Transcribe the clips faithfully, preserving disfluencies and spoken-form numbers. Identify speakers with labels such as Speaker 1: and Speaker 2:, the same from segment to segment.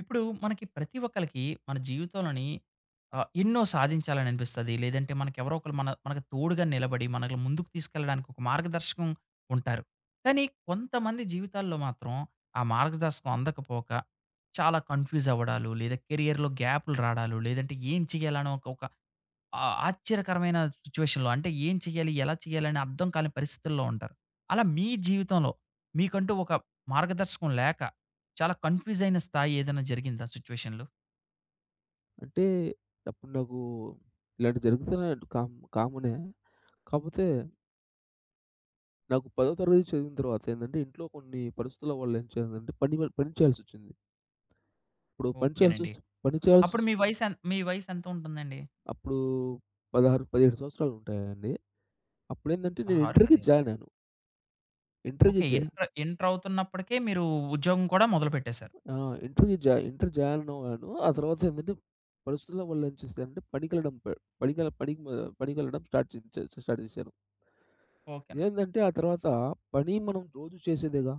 Speaker 1: ఇప్పుడు మనకి ప్రతి ఒక్కళ్ళకి మన జీవితంలోని ఆహ్, ఎన్నో సాధించాలని అనిపిస్తది. లేదంటే మనకెవరో ఒకళ్ళు మన మనకు తోడుగా నిలబడి, మనల్ని ముందుకు తీసుకెళ్ళడానికి ఒక మార్గదర్శకం ఉంటారు. కానీ కొంతమంది జీవితాల్లో మాత్రం ఆ మార్గదర్శకం అందకపోక చాలా కన్‌ఫ్యూజ్ అవ్వడాలు, లేదా కెరియర్‌లో గ్యాప్‌లు రాడాలు, లేదంటే ఏం చేయాలనో ఒక ఒక ఆ! ఆశ్చర్యకరమైన సిట్యుయేషన్‌లో అంటే ఏం చేయాలి? ఎలా చేయాలి? అని అర్థం కాని పరిస్థితుల్లో ఉంటారు. అలా మీ జీవితంలో మీకంటూ ఒక మార్గదర్శకం లేక చాలా కన్‌ఫ్యూజ్ అయిన స్థాయి ఏదైనా జరిగిందా సిట్యుయేషన్‌లో?
Speaker 2: అంటే అప్పుడు నాకు ఇలాంటివి జరుగుతున్నాయి కామ్ కామనే. కాపోతే నాకు 10థ్ తరగతి చదివిన తర్వాత ఏందంటే, ఇంట్లో కొన్ని పరిస్థితుల వల్ల ఏం చేయాలంటే పని వ పని చేయాల్సొచ్చింది. ఇప్పుడు పని
Speaker 1: ఓకేనండి.
Speaker 2: చేయాల్సొస్తే పని
Speaker 1: అప్పుడు మీ
Speaker 2: చేయాల్సొస్తే
Speaker 1: వయసు ఎన్ మీ వయసు ఎంత ఉంటుందండి?
Speaker 2: అప్పుడు పదహారు, పదిహేడు సంవత్సరాలు ఉంటాయండి. అప్పుడేందంటే నేను
Speaker 1: పదహారు,
Speaker 2: ఇంటర్‌కి
Speaker 1: పదిహేడు
Speaker 2: జాయినయ్యాను. ఇంటర్‌కి
Speaker 1: ఓకే.
Speaker 2: జా
Speaker 1: ఇంటర్ ఇంటర్ అవుతున్నప్పటికే మీరు ఉద్యోగం కూడా మొదలుపెట్టేసారు.
Speaker 2: ఆ! ఇంటర్‌కి జా ఇంటర్ జాయినవ్వాను. ఆ తర్వాత ఏందంటే పరిస్థితుల వల్ల ఏం చేశానంటే పనికెళ్ళడం ప పనికెళ్ళ పనికి మ పనికెళ్ళడం స్టార్ట్ చే చే స్టార్ట్ చేశాను.
Speaker 1: ఓకేనండి.
Speaker 2: ఏందంటే ఆ తర్వాత పని మనం రోజు చేసేదేగా.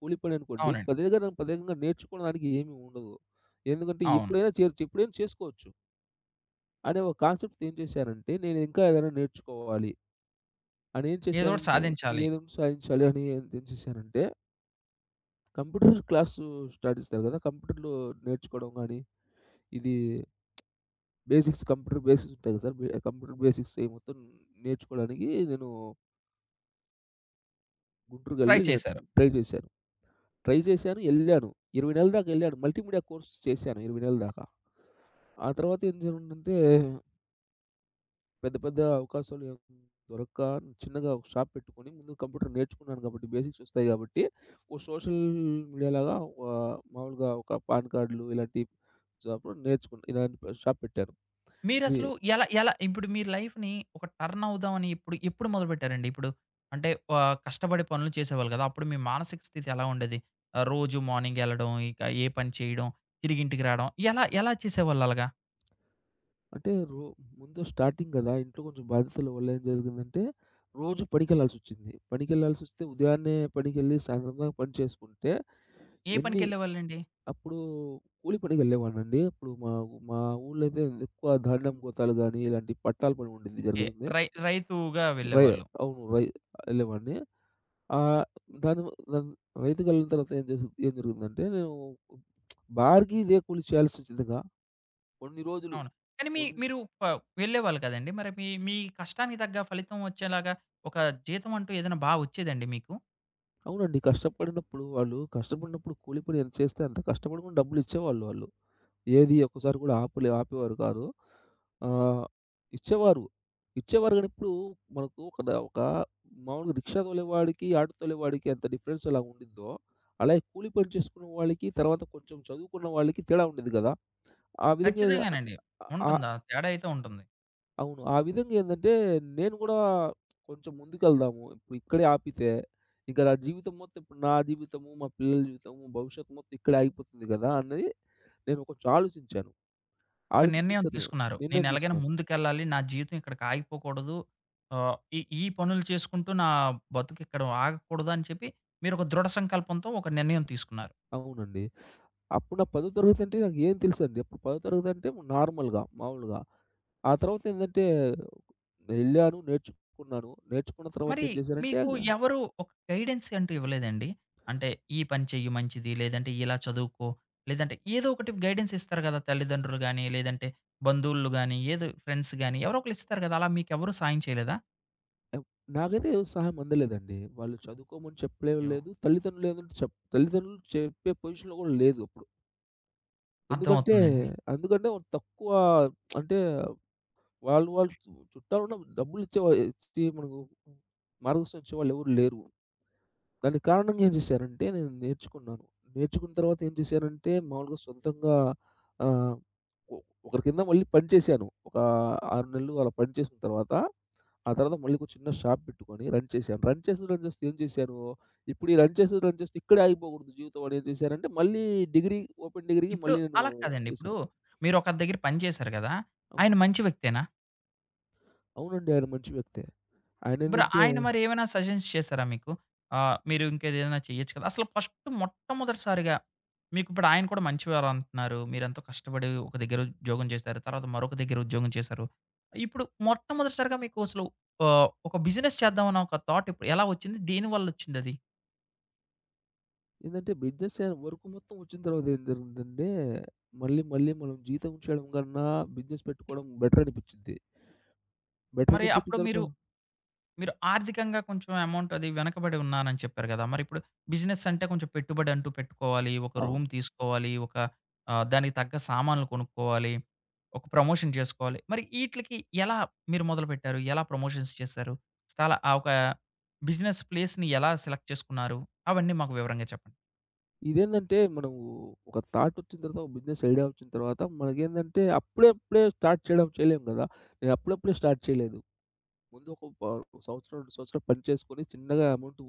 Speaker 2: కూలి పననుకోండి
Speaker 1: అవునండి.
Speaker 2: పదేగా న పదేకంగా నేర్చుకోవడానికి ఏమి ఉండదు. ఎందుకంటే
Speaker 1: అవును.
Speaker 2: ఎప్పుడైనా చేయొచ్చు, ఎప్పుడైనా చేసుకోవచ్చు అనే ఒక కాన్సెప్ట్‌తో ఏం చేశానంటే నేను ఇంకా ఏదైనా నేర్చుకోవాలి అని ఏం
Speaker 1: ఏదోకటి
Speaker 2: చేశానంటే
Speaker 1: సాధించాలి.
Speaker 2: ఏదైనా సాధించాలి అని ఏం ఏం చేశానంటే కంప్యూటర్ క్లాసు స్టార్ట్ చేస్తారు కదా! కంప్యూటర్‌లో నేర్చుకోవడం గానీ, ఇది బేసిక్స్ కంప్యూటర్ బేసిక్స్ ఉంటాయి కదా సార్! కంప్యూటర్ బేసిక్స్ అయి మొత్తం నేర్చుకోవడానికి నేను
Speaker 1: ట్రై
Speaker 2: గుంటూరుకెళ్ళి నేను
Speaker 1: చేశారు.
Speaker 2: ట్రై చేశాను. ట్రై చేశాను. ఎళ్ళాను. ఇరవై నెలల దాకా ఎళ్ళాను. మల్టీమీడియా కోర్స్ చేశాను ఇరవై నెలల దాకా. ఆ తర్వాత ఏం జరిగిందంటే పెద్ద పెద్ద అవకాశాలు ఏం దొరక్క చిన్నగా ఒక షాప్ పెట్టుకొని ముందు కంప్యూటర్ నేర్చుకున్నాను కాబట్టి బేసిక్స్ వస్తాయి కాబట్టి, ఒక సోషల్ మీడియాలాగా ఆహ్, మామూలుగా ఒక పాన్ కార్డ్‌లు ఇలాంటి షాప్‌లో నేర్చుకున్నా. ఇలాంటి షాప్ పెట్టాను. ఇది
Speaker 1: మీరసలు ఎలా ఎలా ఇప్పుడు మీ లైఫ్‌ని ఒక టర్న్ అవుదామని ఎప్పుడు ఎప్పుడు మొదలుపెట్టారండి? ఇప్పుడు అంటే ఆహ్, కష్టపడి పనులు చేసేవాళ్ళు కదా! అప్పుడు మీ మానసిక స్థితి ఎలా ఉండేది? ఆహ్, రోజు మార్నింగ్ ఎళ్ళడం, ఇక ఏ పని చేయడం, తిరిగి ఇంటికి రావడం ఎలా ఎలా చేసేవాళ్ళు అలాగా?
Speaker 2: అంటే రో ముందు స్టార్టింగ్ కదా! ఇంట్లో కొంచెం బాధ్యతల వల్ల ఏం జరిగిందంటే రోజు పనికెళ్ళాల్సొచ్చింది. పనికెళ్ళాల్సొస్తే ఉదయాన్నే పనికెళ్ళి సాయంత్రం దాకా పని చేసుకుంటే
Speaker 1: ఏ
Speaker 2: ఎన్ని
Speaker 1: పనికెళ్ళేవాళ్ళండి?
Speaker 2: అప్పుడు కూలి పనికెళ్ళేవాడినండి. ఇప్పుడు మా మా ఊర్లో అయితే ఎక్కువ ధాన్యం గోతాలు గాని, ఇలాంటి పట్టాల పని ఉండేది
Speaker 1: ఓకే.
Speaker 2: జరుగుతుంది.
Speaker 1: రై రైతుగా
Speaker 2: రై
Speaker 1: వెళ్ళేవాళ్ళు.
Speaker 2: అవును. రై వెళ్ళేవాడిని. ఆహ్, దాని దాని రైతుకెళ్ళిన తర్వాత ఏం జేసు ఏం జరుగుతుందంటే, నేను బార్‌కి ఇదే కూలి చేయాల్సొచ్చిందిగా. కొన్ని రోజులు
Speaker 1: అవును. కానీ మీ
Speaker 2: కొన్ని
Speaker 1: మీరు ప వెళ్ళేవాళ్ళు కదండీ! మరి మీ మీ కష్టానికి తగ్గ ఫలితం వచ్చేలాగా ఒక జీతం అంటూ ఏదైనా బా వచ్చేదండి మీకు?
Speaker 2: అవునండి. కష్టపడినప్పుడు వాళ్ళు కష్టపడినప్పుడు కూలి పని ఎంత చేస్తే అంత కష్టపడి కూడా డబ్బులిచ్చేవాళ్ళు వాళ్ళు. ఏది ఒక్కసారి కూడా ఆపలే ఆపేవారు కాదు. ఆహ్, ఇచ్చేవారు. ఇచ్చేవారు గానీ ఇప్పుడు మనకు ఒక ద ఒక మామూలుగా రిక్షా తోలేవాడికి, ఆటో తోలేవాడికి ఎంత డిఫరెన్స్ ఎలా ఉండిద్దో, అలాగే కూలి పని చేసుకున్న వాళ్ళకి, తర్వాత కొంచెం చదువుకున్న వాళ్ళకి తేడా ఉండేది గదా! ఆ విధంగా ఏద
Speaker 1: ఖచ్చితంగానండి.
Speaker 2: ఆహ్,
Speaker 1: ఉంటుందా? తేడా అయితే ఉంటుంది.
Speaker 2: అవును. ఆ విధంగా ఏందంటే నేను గూడా కొంచెం ముందుకెళ్దాము. ఇప్పుడు ఇక్కడే ఆపితే ఇంకా నా జీవితం మొత్తం ఇప్పుడు నా జీవితము, మా పిల్లల జీవితము, భవిష్యత్తు మొత్తం ఇక్కడే ఆగిపోతుంది గదా! అని నేను కొంచెం ఆలోచించాను.
Speaker 1: ఒక నిర్ణయం
Speaker 2: ఆలోచించేసాను.
Speaker 1: తీసుకున్నారు. నేను
Speaker 2: నిర్ణయం
Speaker 1: ఎలాగైనా
Speaker 2: తీసుకున్నాను.
Speaker 1: ముందుకెళ్ళాలి. నా జీవితం ఇక్కడికి ఆగిపోకూడదు. ఆహ్, ఈ ఈ పనులు చేసుకుంటూ నా బతుకు ఇక్కడ ఆగకూడదు అని చెప్పి మీరు ఒక దృఢ సంకల్పంతో ఒక నిర్ణయం తీసుకున్నారు.
Speaker 2: అవునండి. అప్పుడు నాకు 10థ్ తరగతి అంటే నాకు ఏం తెలుసండి. అప్పుడు 10థ్ తరగతి అంటే నార్మల్‌గా, మామూలుగా. ఆ తర్వాత ఏందంటే వెళ్ళాను, నేర్చుకున్నాను. నేర్చుకున్న తర్వాత
Speaker 1: మరి
Speaker 2: ఏం చేశారంటే
Speaker 1: మీకు ఎవరు ఒక గైడెన్స్ అంటూ ఇవ్వలేదండి? అంటే ఈ పని చెయ్యి మంచిది. లేదంటే ఇలా చదువుకో. లేదంటే ఏదో ఒకటి గైడెన్స్ ఇస్తారు కదా! తల్లిదండ్రులు గాని, లేదంటే బంధువులు గాని, ఏదో ఫ్రెండ్స్ గాని ఎవరో ఒకళ్ళు ఇస్తారు కదా! అలా మీకెవరు సాయం చేయలేదా?
Speaker 2: ఆహ్, నాకైతే సహాయం అందలేదండి. వాళ్ళు చదువుకోమని
Speaker 1: అయ్యో!
Speaker 2: చెప్పలేదు. తల్లిదండ్రులు ఏందంటే చెప్ తల్లిదండ్రులు చెప్పే పొజిషన్‌లో కూడా లేదు అప్పుడు. ఎందుకంటే
Speaker 1: అర్థమవుతుందండి.
Speaker 2: అందుకంటే వాళ్ళు తక్కువ. అంటే వాళ్ళు, వాళ్ళు చుట్టాలున్న డబ్బులిచ్చే ఇచ్చి మనకు మార్గదర్శనం ఇచ్చేవాళ్ళు ఎవరు లేరు. దానికి కారణంగా ఏం చేశానంటే నేను నేర్చుకున్నాను. నేర్చుకున్న తర్వాత ఏం చేశానంటే మామూలుగా సొంతంగా ఆహ్, ఒ ఒకరి కింద మళ్ళీ పని చేశాను. ఒక ఆరు నెలలు అలా పని చేసిన తర్వాత, ఆ తర్వాత మళ్ళీ ఒక చిన్న షాప్ పెట్టుకొని రన్ చేశాను. రన్ చేస్తూ, రన్ చేస్తూ ఏం చేశాను, ఇప్పుడు ఈ రన్ చేస్తూ, రన్ చేస్తూ ఇక్కడే ఆగిపోకూడదు జీవితం అని ఏం చేశానంటే మళ్ళీ డిగ్రీ ఓపెన్ డిగ్రీకి
Speaker 1: ఇప్పుడు
Speaker 2: మళ్ళీ నేను
Speaker 1: అలా కాదండి. ఇప్పుడు
Speaker 2: చేశాను.
Speaker 1: మీరొకరి దగ్గర పని చేశారు కదా! ఆయన
Speaker 2: అవును.
Speaker 1: మంచి వ్యక్తేనా?
Speaker 2: అవునండి. ఆయన మంచి వ్యక్తే.
Speaker 1: ఇప్పుడు
Speaker 2: ఆయనేందంటే
Speaker 1: ఆయన మరి ఏమైనా సజెస్ట్ చేసారా మీకు? ఆహ్, మీరు ఇంకేదైనా చేయొచ్చు కదా! అసలు ఫస్ట్ మొట్టమొదటిసారిగా మీకిప్పుడు ఆయన కూడా మంచివారు అంటున్నారు. మీరెంతో కష్టపడి ఒక దగ్గర ఉద్యోగం చేశారు. తర్వాత మరొక దగ్గర ఉద్యోగం చేశారు. ఇప్పుడు మొట్టమొదటిసారిగా మీకు అసలు ఆహ్, ఒక బిజినెస్ చేద్దామన్న ఒక థాట్ ఎప్పుడు ఎలా వచ్చింది? దేనివల్లొచ్చిందది?
Speaker 2: ఏందంటే బిజినెస్ చే వర్క్ మొత్తం వచ్చిన తర్వాత ఏం జరుగుద్దంటే, మళ్ళీ మళ్ళీ మనం జీతం చేయడం కన్నా బిజినెస్ పెట్టుకోవడం బెటర్ అనిపిచ్చిద్ది. బెటర్
Speaker 1: మరి
Speaker 2: అనిపిచ్చిన
Speaker 1: అప్పుడు
Speaker 2: తర్వాత
Speaker 1: మీరు మీరు ఆర్థికంగా కొంచెం అమౌంట్ అది వెనకబడి ఉన్నానని చెప్పారు కదా! మరిప్పుడు బిజినెస్ అంటే కొంచెం పెట్టుబడి అంటూ పెట్టుకోవాలి. ఒక
Speaker 2: అవును.
Speaker 1: రూమ్ తీసుకోవాలి. ఒక ఆహ్, దానికి తగ్గ సామాన్లు కొనుక్కోవాలి. ఒక ప్రమోషన్ చేసుకోవాలి. మరి ఈట్లికి ఎలా మీరు మొదలుపెట్టారు? ఎలా ప్రమోషన్స్ చేశారు? స్థల ఆ ఒక బిజినెస్ ప్లేస్‌ని ఎలా సెలెక్ట్ చేసుకున్నారు? అవన్నీ మాకు వివరంగా చెప్పండి.
Speaker 2: ఇదేందంటే మనము ఒక థాట్ వచ్చిన తర్వాత, ఒక బిజినెస్ ఐడియా వచ్చిన తర్వాత మనకేందంటే అప్పుడే అప్పుడే స్టార్ట్ చేయడం చేయలేం కదా! నేను అప్పుడప్పుడే స్టార్ట్ చేయలేదు. ముందు ఒక ప ఒక సంవత్సరం, రెండు సంవత్సరాలు పని చేసుకొని చిన్నగా అమౌంట్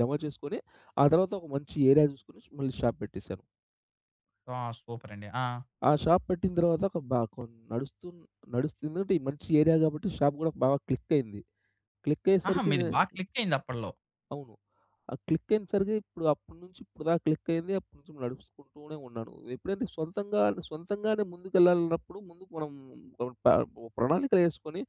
Speaker 2: జమ చేసుకొని, ఆ తర్వాత ఒక మంచి ఏరియా చూసుకొని మళ్ళీ షాప్ పెట్టేసాను.
Speaker 1: ఆ! సూపరండి. ఆ!
Speaker 2: ఆ షాప్ పెట్టిన తర్వాత ఒక బా కొన్ నడుస్తూ నడుస్తుందంటే ఈ మంచి ఏరియా కాబట్టి షాప్ గూడా బాగా క్లిక్కయింది.
Speaker 1: ఆహా!
Speaker 2: క్లిక్కయ్యేసరికి
Speaker 1: మీది
Speaker 2: నే
Speaker 1: బా క్లిక్ అయింది అప్పట్లో.
Speaker 2: అవును. ఆ క్లిక్కయినసరికి ఇప్పుడు అప్పటి నుంచి ఇప్పుడు దాకా క్లిక్కయింది. అప్పటి నుంచి నడుపుకుంటూనే ఉన్నాను. ఎప్పుడైతే సొంతంగా సొంతంగానే ముందుకెళ్ళాలన్నప్పుడు ముందు మనం ప ప్రణాళికలేసుకొని,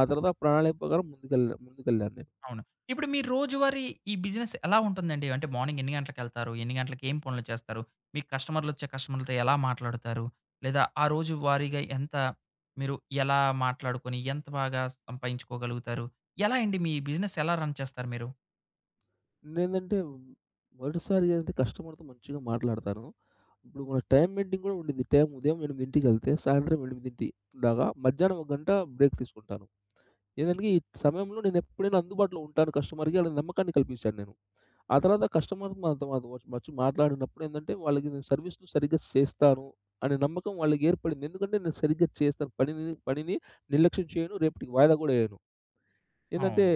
Speaker 2: ఆ తర్వాత ఆ ప్రణాళిక ప్రకారం ముందుకెళ్ళా ముందుకెళ్ళాను నేను.
Speaker 1: అవును. ఇప్పుడు మీ రోజువారీ ఈ బిజినెస్ ఎలా ఉంటుందండి? అంటే మార్నింగ్ ఎన్ని గంటలకెళ్తారు? ఎన్ని గంటలకి ఏం పనులు చేస్తారు? మీ కస్టమర్‌లొచ్చే కస్టమర్‌లతో ఎలా మాట్లాడుతారు? లేదా ఆ రోజు వారీగా ఎంత మీరు ఎలా మాట్లాడుకొని ఎంత బాగా సంపాయించుకోగలుగుతారు? ఎలా అండి మీ బిజినెస్ ఎలా రన్ చేస్తారు మీరు?
Speaker 2: నేనంటే మొదటిసారిగా ఏంటంటే కస్టమర్‌తో మంచిగా మాట్లాడతాను. ఇప్పుడు మన టైమ్ మీటింగ్ గూడా ఉండిద్ది. టైం ఉదయం 8కి సాయంత్రం ఎనిమిది దాకా, మధ్యాహ్నం ఒక గంట బ్రేక్ తీసుకుంటాను. ఏదంటే ఈ సమయంలో నేనెప్పుడైనా అందుబాటులో ఉంటాను కస్టమర్‌కి అనే నమ్మకాన్ని కల్పించాను నేను. ఆ తర్వాత కస్టమర్ మనతో మాతో వచ్చి మాట్లాడినప్పుడు ఏందంటే వాళ్ళకి నేను సర్వీస్‌ని సరిగ్గా చేస్తాను అనే నమ్మకం వాళ్ళకి ఏర్పడింది. ఎందుకంటే నేను సరిగ్గా చేస్తాను. పనిని పనిని నిర్లక్ష్యం చేయను. రేపటికి వాయిదా గూడా వేయను. ఏందంటే,
Speaker 1: అవును.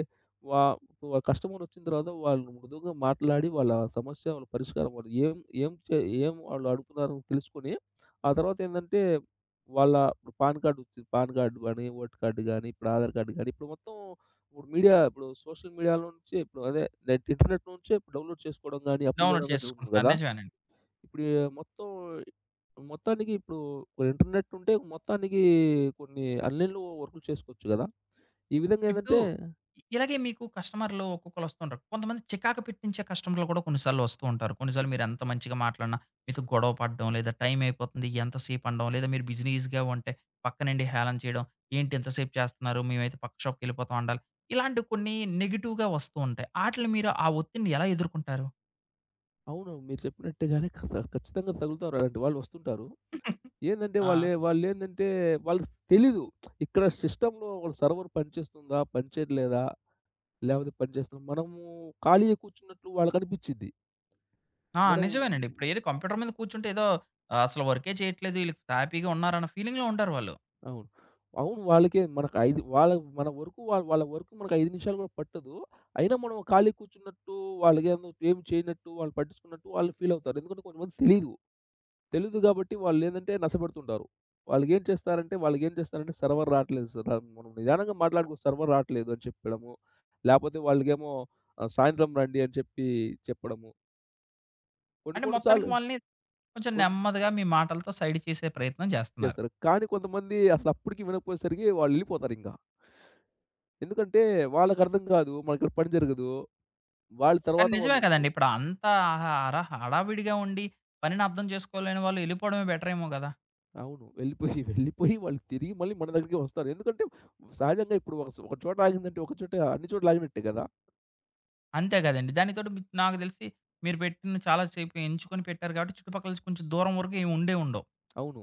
Speaker 2: వా ఒక కస్టమరొచ్చిన తర్వాత వాళ్ళు మృదువుగా మాట్లాడి, వాళ్ళ సమస్య, వాళ్ళ పరిష్కారం వాళ్ళు ఏం ఏం చే ఏం వాళ్ళు అడుగుతున్నారో తెలుసుకొని, ఆ తర్వాతేందంటే, వాళ్ళ ఇప్పుడు పాన్ కార్డ్ వచ్చింది. పాన్ కార్డ్ గానీ, ఓటర్ కార్డ్ గానీ, ఇప్పుడు ఆధార్ కార్డ్ గానీ, ఇప్పుడు మొత్తం ఇప్పుడు మీడియా ఇప్పుడు సోషల్ మీడియా నుంచి ఇప్పుడు అదే నెట్ ఇంటర్నెట్ నుంచే ఇప్పుడు డౌన్‌లోడ్ చేసుకోవడం గానీ, అప్లై
Speaker 1: డౌన్‌లోడ్
Speaker 2: చేయడం గానీ జరుగుతుంది
Speaker 1: చేసుకుంటున్నారు.
Speaker 2: గదా!
Speaker 1: నిజమేనండి.
Speaker 2: ఇప్పుడు ఈ మొత్తం మొత్తానికి ఇప్పుడు ఇంటర్నెట్ ఉంటే మొత్తానికి కొన్ని ఆన్‌లైన్‌లో వర్కులు చేసుకోవచ్చు గదా! ఈ విధంగా
Speaker 1: ఇప్పుడు
Speaker 2: ఏందంటే
Speaker 1: ఇలాగే మీకు కస్టమర్‌లు ఒక్కొక్కళ్ళొస్తుంటారు. కొంతమంది చికాకు పెట్టించే కస్టమర్‌లు కూడా కొన్ని సార్లు వస్తూ ఉంటారు. కొన్ని సార్లు మీరెంత మంచిగా మాట్లాడినా, మీతో గొడవ పడడం, లేదా టైం అయిపోతుంది ఎంతసేపు అనడం, లేదా మీరు బిజీనీస్‌గా ఉంటే పక్కనుండి హేళన చేయడం. ఏంటి ఇంతసేపు చేస్తున్నారు? మేమైతే పక్క షాప్‌కెళ్ళిపోతాం అనాలి. ఇలాంటివి కొన్ని నెగెటివ్‌గా వస్తూ ఉంటాయి. ఆటిల్ని మీరు ఆ ఒత్తిడిని ఎలా ఎదుర్కుంటారు?
Speaker 2: అవును. మీరు చెప్పినట్టుగానే ఖత ఖచ్చితంగా తగులుతారు. అలాంటి వాళ్ళు వస్తుంటారు. ఏందంటే
Speaker 1: ఆ!
Speaker 2: వాళ్ళే వాళ్ళేందంటే వాళ్ళకి తెలీదు. ఇక్కడ సిస్టమ్‌లో వాళ్ళ సర్వర్ పనిచేస్తుందా? పనిచేయట్లేదా? లేకపోతే పనిచేస్తుందా? మనము ఖాళీగా కూర్చున్నట్లు వాళ్ళకి అనిపిచ్చిద్ది.
Speaker 1: ఆ!
Speaker 2: మనం
Speaker 1: నిజమేనండి. ఇప్పుడు ఏదో కంప్యూటర్ మీద కూర్చుంటే ఏదో ఆ, అసలు వర్కే చేయట్లేదు, ఈళ్ళు హ్యాపీగా ఉన్నారన్న ఫీలింగ్‌లో ఉంటారు వాళ్ళు.
Speaker 2: అవును. అవును. వాళ్ళకే మనకు ఐదు వాళ్ళ మన వరకు వాళ్ళ వాళ్ళ వరకు మనకు ఐదు నిమిషాలు కూడా పట్టదు. అయినా మనం ఖాళీ కూర్చున్నట్టు, వాళ్ళకేందో ఏమి చేయనట్టు, వాళ్ళు పట్టించుకున్నట్టు వాళ్ళు ఫీల్ అవుతారు. ఎందుకంటే కొంతమందికి తెలీదు. తెలీదు గాబట్టి వాళ్ళేందంటే నసపెడుతుంటారు. వాళ్ళకేం చేస్తారంటే వాళ్ళకేం చేస్తారంటే సర్వర్ రాట్లేదు సార్. ఆహ్, మనం నిదానంగా మాట్లాడుకో సర్వర్ రాట్లేదు అని చెప్పడము. లేపోతే వాళ్ళకేమో ఆహ్, సాయంత్రం రండి అని చెప్పి చెప్పడము. కొన్ని
Speaker 1: అంటే మొత్తానికి
Speaker 2: కొన్నిసార్లు కొన్ని సార్లు
Speaker 1: వాళ్ళని కొంచెం
Speaker 2: కొన్
Speaker 1: నెమ్మదిగా మీ మాటలతో సైడ్ చేసే ప్రయత్నం జేస్తన్నారు.
Speaker 2: చేస్తారు. కానీ కొంతమంది
Speaker 1: హ్మ్.
Speaker 2: అసలప్పటికి వినకపోయేసరికి వాళ్ళెళ్ళిపోతారింక. ఎందుకంటే వాళ్ళకర్థం కాదు. మనకిక్కడ పని జరగదు. వాళ్ళ
Speaker 1: కానీ
Speaker 2: తర్వాత
Speaker 1: నిజమే
Speaker 2: వాళ్ళు
Speaker 1: కదండీ! ఇప్పుడు అంతా అహ అర హడావిడిగా ఉండి పనిని అర్థం చేసుకోలేని వాళ్ళు ఎళ్ళిపోవడమే బెటర్ ఏమో గదా!
Speaker 2: అవును. వెళ్ళిపోయి, వెళ్ళిపోయి వాళ్ళు తిరిగి మళ్ళీ మన దగ్గరికే వస్తారు. ఎందుకంటే సహజంగా ఇప్పుడు ఒక ఒక చోట ఆగిందంటే ఒక చోట అన్ని చోట్ల ఆగినట్టే కదా!
Speaker 1: అంతే గదండీ! దానితోటి మీ నాకు దెలిసి మీరు పెట్టిన చాలా సేపు ఎంచుకొని పెట్టారు కాబట్టి చుట్టుపక్కల నుంచి కొంచెం దూరం వరకు ఏమి ఉండే ఉండవు.
Speaker 2: అవును.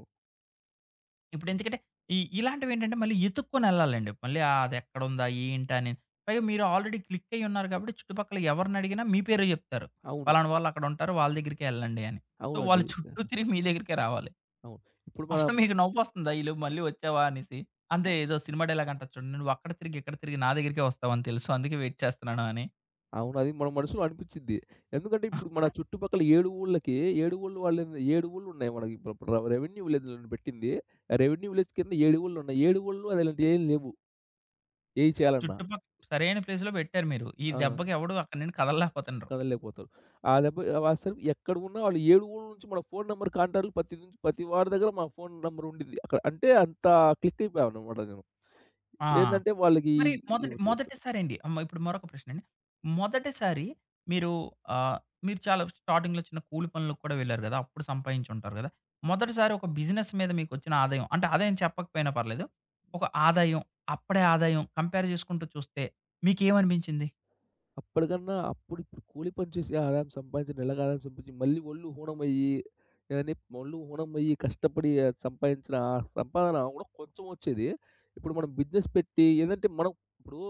Speaker 1: ఇప్పుడు
Speaker 2: హ్మ్.
Speaker 1: ఎందుకంటే ఈ ఇలాంటివేంటంటే మళ్ళీ ఎతుక్కొని ఎళ్ళాలండి. మళ్ళీ అదెక్కడుందా? ఏంటా? అని. పైగా మీరు ఆల్రెడీ క్లిక్ అయ్యి ఉన్నారు కాబట్టి చుట్టుపక్కల ఎవరినడిగినా మీ పేరే జెప్తారు.
Speaker 2: అవును.
Speaker 1: పలానా వాళ్ళక్కడ ఉంటారు. వాళ్ళ దగ్గరికే ఎళ్ళండి అని. సో,
Speaker 2: అవునండి.
Speaker 1: వాళ్ళు చుట్టూ తిరిగి మీ దగ్గరికే రావాలి.
Speaker 2: అవును. ఇప్పుడు
Speaker 1: అప్పుడు
Speaker 2: మనం
Speaker 1: మీకు నవ్వొస్తుందా? ఈలోపు మళ్ళీ వచ్చావా అనేసి. అంతే ఏదో సినిమా డైలాగ్ అంటారు చూడండి. "నువ్వు అక్కడ తిరిగి, ఇక్కడ తిరిగి నా దగ్గరికే వస్తావని తెలుసు. అందుకే వెయిట్ చేస్తున్నాను" అని.
Speaker 2: అవును. అది మన మనసులో అనిపిచ్చిద్ది. ఎందుకంటే ఇప్పుడు మన చుట్టుపక్కల ఏడు ఊళ్ళకి ఏడు ఊళ్ళు వాళ్ళు ఏడు ఊళ్ళున్నాయి మనకి. ఇప్పుడు ఇప్పుడు ర రెవెన్యూ విలేజ్ అని పెట్టింది. రెవెన్యూ విలేజ్ కింద ఏడు ఊళ్ళున్నాయి. ఏడు ఊళ్ళో అలాంటియేం లేవు. ఏయి చేయాలన్నా.
Speaker 1: చుట్టుపక్క సరైన ప్లేస్‌లో పెట్టారు మీరు. ఈ
Speaker 2: ఆ!
Speaker 1: దెబ్బకి ఎవడు అక్కడి నుండి కదలలేకపోతుండ్రు.
Speaker 2: కదలలేకపోతారు. ఆ దెబ్బ అసలు ఎక్కడ ఉన్నా వాళ్ళు ఏడు ఊళ్ళ నుంచి మన ఫోను నంబర్ కాంటాక్ట్‌లు ప్రతి నుంచి ప్రతి వాడి దగ్గర మన ఫోను నంబర్ ఉండిద్ది. అక్కడ అంటే అంత క్లిక్ అయిపోయామన్నమాట నేను.
Speaker 1: ఆ!
Speaker 2: ఇప్పుడేందంటే వాళ్ళకి
Speaker 1: మరి మొదటి మొదటిసారండి అమ్మ ఇప్పుడు మరొక ప్రశ్నండి. మొదటిసారి మీరు ఆహ్, మీరు చాలా స్టార్టింగ్‌లో చిన్న కూలి పనులకు కూడా వెళ్లారు గదా! అప్పుడు సంపాదించుంటారు గదా! మొదటిసారి ఒక బిజినెస్ మీద మీకొచ్చిన ఆదాయం అంటే ఆదాయం చెప్పకపోయినా పర్లేదు. ఒక ఆదాయం, అప్పుడే ఆదాయం కంపేర్ చేసుకుంటూ చూస్తే మీకేమనిపించింది?
Speaker 2: అప్పటికన్నా అప్పుడు ఇప్పుడు కూలి పని చేసి ఆదాయం సంపాదించి, నెలకు ఆదాయం సంపాదించి, మళ్ళీ ఒళ్ళు హూణమయ్యి ఏదని ఒళ్ళు హూణమయ్యి కష్టపడి ఆహ్, సంపాదించిన ఆ సంపాదన కూడా కొంచెం వచ్చేది. ఇప్పుడు మనం బిజినెస్ పెట్టి ఏదంటే మనం ఇప్పుడు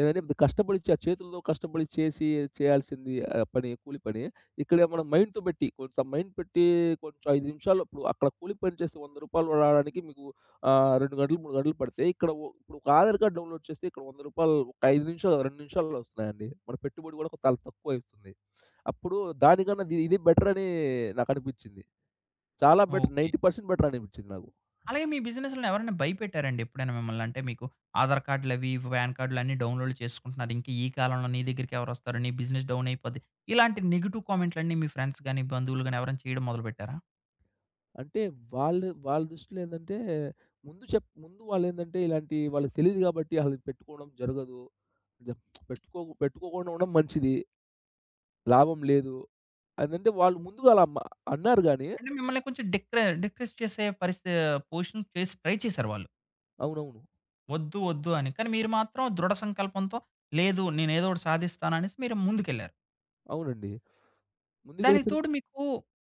Speaker 2: ఏదంటే కష్టపడిచ్చి ఆ చేతులతో కష్టపడి చేసి చేయాల్సింది, ఆహ్, పని కూలి పని. ఇక్కడ మనం మైండ్‌తో పెట్టి కొంచెం మైండ్ పెట్టి కొంచెం ఐదు నిమిషాల్లో. ఇప్పుడు అక్కడ కూలి పని చేస్తే రూ. వంద రావడానికి మీకు ఆ! రెండు గంటలు, మూడు గంటలు పడితే, ఇక్కడ ఓ ఇప్పుడు ఒక ఆధార్ కార్డ్ డౌన్‌లోడ్ చేస్తే ఇక్కడ రూ. వంద ఒక ఐదు నిమిషాలు, రెండు నిమిషాల్లో వస్తున్నాయండి. మన పెట్టుబడి కూడా చాలా తక్కువయితుంది. అప్పుడు దానికన్నా ఇది ఇది బెటర్ అని నాకనిపించింది. చాలా బెటర్
Speaker 1: ఓకే.
Speaker 2: తొంభై శాతం బెటర్ అనిపించింది నాకు.
Speaker 1: అలాగే మీ బిజినెస్‌లో ఎవరైనా భయపెట్టారండి ఎప్పుడైనా మిమ్మల్ని? అంటే మీకు ఆధార్ కార్డ్‌లవి, పాన్ కార్డ్‌లన్నీ డౌన్‌లోడ్ చేసుకుంటున్నారు. ఇంక ఈ కాలంలో నీ దగ్గరికి ఎవరొస్తారు? నీ బిజినెస్ డౌన్ అయిపోద్ది. ఇలాంటి నెగెటివ్ కామెంట్‌లన్నీ మీ ఫ్రెండ్స్ గాని, బంధువులు గాని ఎవరైనా చేయడం మొదలుపెట్టారా?
Speaker 2: అంటే వాళ్ళు వాళ్ళ దృష్టిలో ఏందంటే ముందు చెప్ ముందు వాళ్ళేందంటే ఇలాంటి వాళ్ళకి తెలీదు కాబట్టి ఆళ్ళది పెట్టుకోవడం జరగదు. జప్ పెట్టుకో పెట్టుకోకుండా ఉండడం మంచిది. లాభం లేదు. అదంటే వాళ్ళు ముందుగా అలా మ అన్నారు గానీ
Speaker 1: అంటే మిమ్మల్ని కొంచెం డిక్రె డిక్రెస్ చేసే పరిస్థితి పొజిషన్ చేసి ట్రై చేశారు వాళ్ళు.
Speaker 2: అవునవును.
Speaker 1: వద్దు, వద్దు అని. కానీ మీరు మాత్రం దృఢ సంకల్పంతో లేదు నేనేదో ఒకటి సాధిస్తాననేసి మీరు ముందుకెళ్లారు.
Speaker 2: అవునండి.
Speaker 1: దానికి
Speaker 2: ముందుకెళ్ళేసరికి
Speaker 1: తోడు మీకు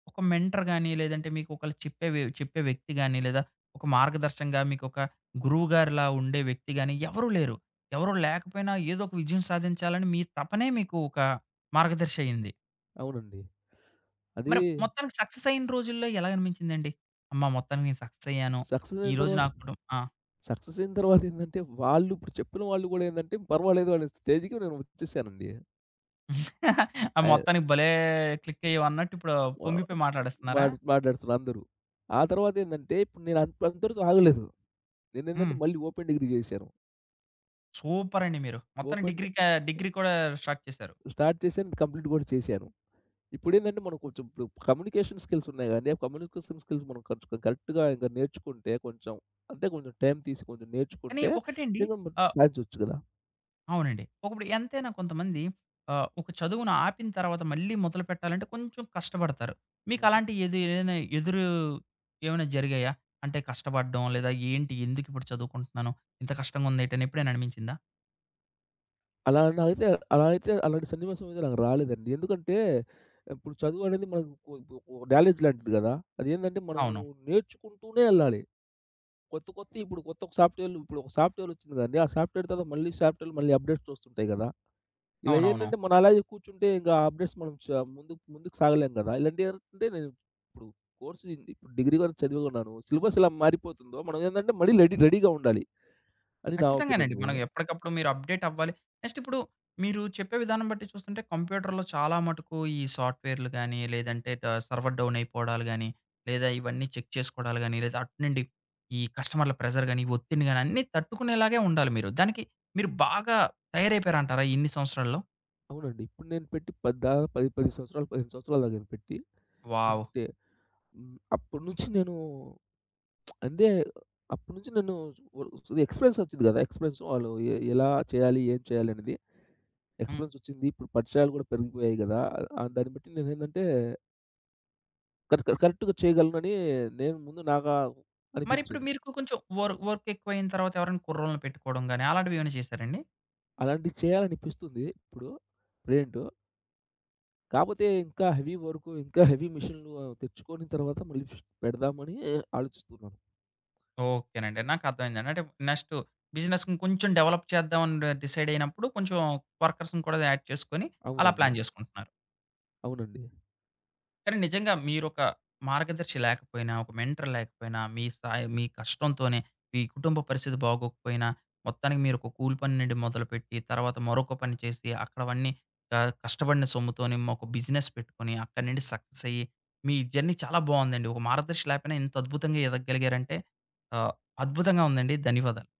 Speaker 1: ఒక మెంటర్ గాని, లేదంటే మీకు ఒకళ్ళు చెప్పే వే చెప్పే వ్యక్తి గాని, లేదా ఒక మార్గదర్శంగా మీకొక గురువుగారిలా ఉండే వ్యక్తి గాని ఎవరూ లేరు. ఎవరు లేకపోయినా ఏదో ఒక విజయం సాధించాలని మీ తపనే మీకు ఒక మార్గదర్శి అయింది.
Speaker 2: అవునండి. అది
Speaker 1: మరి మొత్తానికి సక్సెస్ అయిన రోజుల్లో ఎలా అనిపించిందండి? అమ్మ! మొత్తానికి నేను సక్సెస్ అయ్యాను.
Speaker 2: సక్సెస్ అయిన
Speaker 1: ఈరోజు నా
Speaker 2: తర్వాత.
Speaker 1: కుటుం ఆ!
Speaker 2: సక్సెస్ అయిన తర్వాతేందంటే, వాళ్ళు ఇప్పుడు చెప్పిన వాళ్ళు గూడా ఏందంటే, పర్వాలేదు అనే స్టేజ్‌కి నేను వచ్చేసానండి.
Speaker 1: ఆ
Speaker 2: ఆహ్,
Speaker 1: మొత్తానికి భలే క్లిక్ అయ్యావు అన్నట్టు ఇప్పుడు
Speaker 2: మా
Speaker 1: పొంగిపోయి మాట్లాడేస్తున్నారా?
Speaker 2: మాట్ మాట్లాడుతున్నారు అందరూ. ఆ తర్వాతేందంటే, ఇప్పుడు నేను అంత అంతటితో ఆగలేదు.
Speaker 1: హ్మ్.
Speaker 2: నేనేందంటే, మళ్ళీ ఓపెన్ డిగ్రీ చేశాను.
Speaker 1: సూపర్ అండి మీరు. మొత్తానికి
Speaker 2: ఓపెన్
Speaker 1: డిగ్రీ క డిగ్రీ కూడా స్టార్ట్ చేశారు.
Speaker 2: స్టార్ట్ చేశాను, కంప్లీట్ గూడా చేశాను. ఇప్పుడేందంటే, మనం కొంచెం ఇప్పుడు కమ్యూనికేషన్ స్కిల్స్ ఉన్నాయి గానీ, ఆ కమ్యూనికేషన్ స్కిల్స్ మనం కొంచెం కరెక్ట్‌గా ఇంక నేర్చుకుంటే కొంచెం, అంటే కొంచెం టైం తీసి కొంచెం
Speaker 1: కానీ
Speaker 2: నేర్చుకుంటే,
Speaker 1: ఒకటండి
Speaker 2: నిజంగా మనం
Speaker 1: ఆహ్,
Speaker 2: సాధించొచ్చు గదా!
Speaker 1: అవునండి. ఒకప్పుడు ఎంతైనా కొంతమంది ఆహ్, ఒక చదువును ఆపిన తర్వాత మళ్ళీ మొదలుపెట్టాలంటే కొంచెం కష్టపడతారు.
Speaker 2: హ్మ్.
Speaker 1: మీకలాంటి ఎదు ఏదైనా ఎదురు ఏమైనా జరిగాయా? అంటే కష్టపడడం లేదా ఏంటి? ఎందుకిప్పుడు చదువుకుంటున్నాను? ఇంత కష్టంగుందేటి అని ఎప్పుడైనా అనిపించిందా?
Speaker 2: అలా నాకైతే అలా అయితే అలాంటి సన్నివేశం అయితే నాకు రాలేదండి. ఎందుకంటే ఇప్పుడు చదువు అనేది మనకు కొ కొ కొ నాలెడ్జ్ లాంటిది గదా! అదేందంటే మనము
Speaker 1: అవును.
Speaker 2: నేర్చుకుంటూనే ఎళ్ళాలి. కొత్త కొత్తయి ఇప్పుడు కొత్త ఒక సాఫ్ట్‌వేర్‌లు ఇప్పుడు ఒక సాఫ్ట్‌వేర్ వచ్చింది కదండీ! ఆ సాఫ్ట్‌వేర్ తర్వాత మళ్ళీ సాఫ్ట్‌వేర్‌లు మళ్ళీ అప్‌డేట్స్ వస్తుంటాయి గదా! ఇలా
Speaker 1: అవునవును.
Speaker 2: ఏంటంటే మనం అలాగే కూర్చుంటే ఇంక ఆ అప్‌డేట్స్ మనం చ ముందుకు ముందుకు సాగలేం గదా! ఇలాంటివి ఏంటంటే నేను ఇప్పుడు కోర్స్ ఇప్పుడు డిగ్రీ వరకు చదివి ఉన్నాను. సిలబస్ ఎలా మారిపోతుందో మనం ఏందంటే మళ్ళీ రెడీ రెడీగా ఉండాలి అని నా ఒపీనియన్
Speaker 1: ఖచ్చితంగానండి.
Speaker 2: అండి.
Speaker 1: మనం ఎప్పటికప్పుడు మీరు అప్‌డేట్ అవ్వాలి. నెక్స్ట్ ఇప్పుడు మీరు చెప్పే విధానం బట్టి చూస్తుంటే కంప్యూటర్‌లో చాలా మటుకు ఈ సాఫ్ట్‌వేర్‌లు గాని, లేదంటే ట సర్వర్ డౌన్ అయిపోవడాలు గాని, లేదా ఇవన్నీ చెక్ చేసుకోవడాలు గాని, లేదా అటు నుండి ఈ కస్టమర్‌ల ప్రెషర్ గాని, ఒత్తిడిని గాని అన్నీ తట్టుకునేలాగే ఉండాలి మీరు. దానికి మీరు బాగా తయారైపోయారంటారా ఇన్ని సంవత్సరాల్లో?
Speaker 2: అవునండి. ఇప్పుడు నేను పెట్టి పద్ దాదా పది, పది సంవత్సరాలు, పదిహేను సంవత్సరాలు అయింది పెట్టి.
Speaker 1: వావ్!
Speaker 2: అంటే హ్మ్. అప్పటినుంచి నేను అంటే అప్పటినుంచి నేను వ ఎక్స్‌పీరియన్స్ వచ్చింది గదా! ఎక్స్‌పీరియన్స్ వాళ్ళు ఎ ఎలా చేయాలి? ఏం చేయాలి? అనేది
Speaker 1: హ్మ్.
Speaker 2: ఎక్స్‌పీరియన్స్ వచ్చింది. ఇప్పుడు పరిచయాలు గూడా పెరిగిపోయాయి గదా! ఆహ్, దాన్ని బట్టి నేనేందంటే కరె కరె కరెక్ట్‌గా చేయగలనని నేను ముందు నాకా
Speaker 1: మరిప్పుడు
Speaker 2: అనిపించింది.
Speaker 1: మీకు కొంచెం వర్ వర్క్ ఎక్కువైన తర్వాత ఎవరైనా కుర్రోళ్ళని పెట్టుకోవడం గాని అలాంటివి ఏమైనా చేశారండి?
Speaker 2: అలాంటివి చేయాలనిపిస్తుంది ఇప్పుడు ప్రెజెంట్. కాపోతే ఇంకా హెవీ వర్కు, ఇంకా హెవీ మిషన్‌లు తెచ్చుకొని తర్వాత మళ్ళీ పెడదామని ఆలోచిస్తున్నాను.
Speaker 1: ఓకేనండి. నాకర్థమైందండి. అంటే నెక్స్ట్ బిజినెస్ ఇంకొంచెం డెవలప్ చేద్దామని డిసైడ్ అయినప్పుడు కొంచెం వర్కర్స్‌ని కూడా యాడ్ చేసుకొని అలా
Speaker 2: అవునండి.
Speaker 1: ప్లాన్ జేసుకుంటున్నారు.
Speaker 2: అవునండి.
Speaker 1: కానీ నిజంగా మీరొక మార్గదర్శి లేకపోయినా, ఒక మెంటర్ లేకపోయినా, మీ సాయి మీ కష్టంతోనే మీ కుటుంబ పరిస్థితి బాగోకపోయినా, మొత్తానికి మీరొక కూలి పని నుండి మొదలుపెట్టి, తర్వాత మరొక పని చేసి, అక్కడవన్నీ ఆహ్, కష్టపడిన సొమ్ముతోని ఒక బిజినెస్ పెట్టుకొని, అక్కడి నుండి సక్సెస్ అయ్యి, మీ జర్నీ చాలా బావుందండి. ఒక మార్గదర్శి లేకపోయినా ఇంత అద్భుతంగా ఎదగగలిగారంటే ఆహ్, అద్భుతంగా ఉందండి. ధన్యవాదాలు.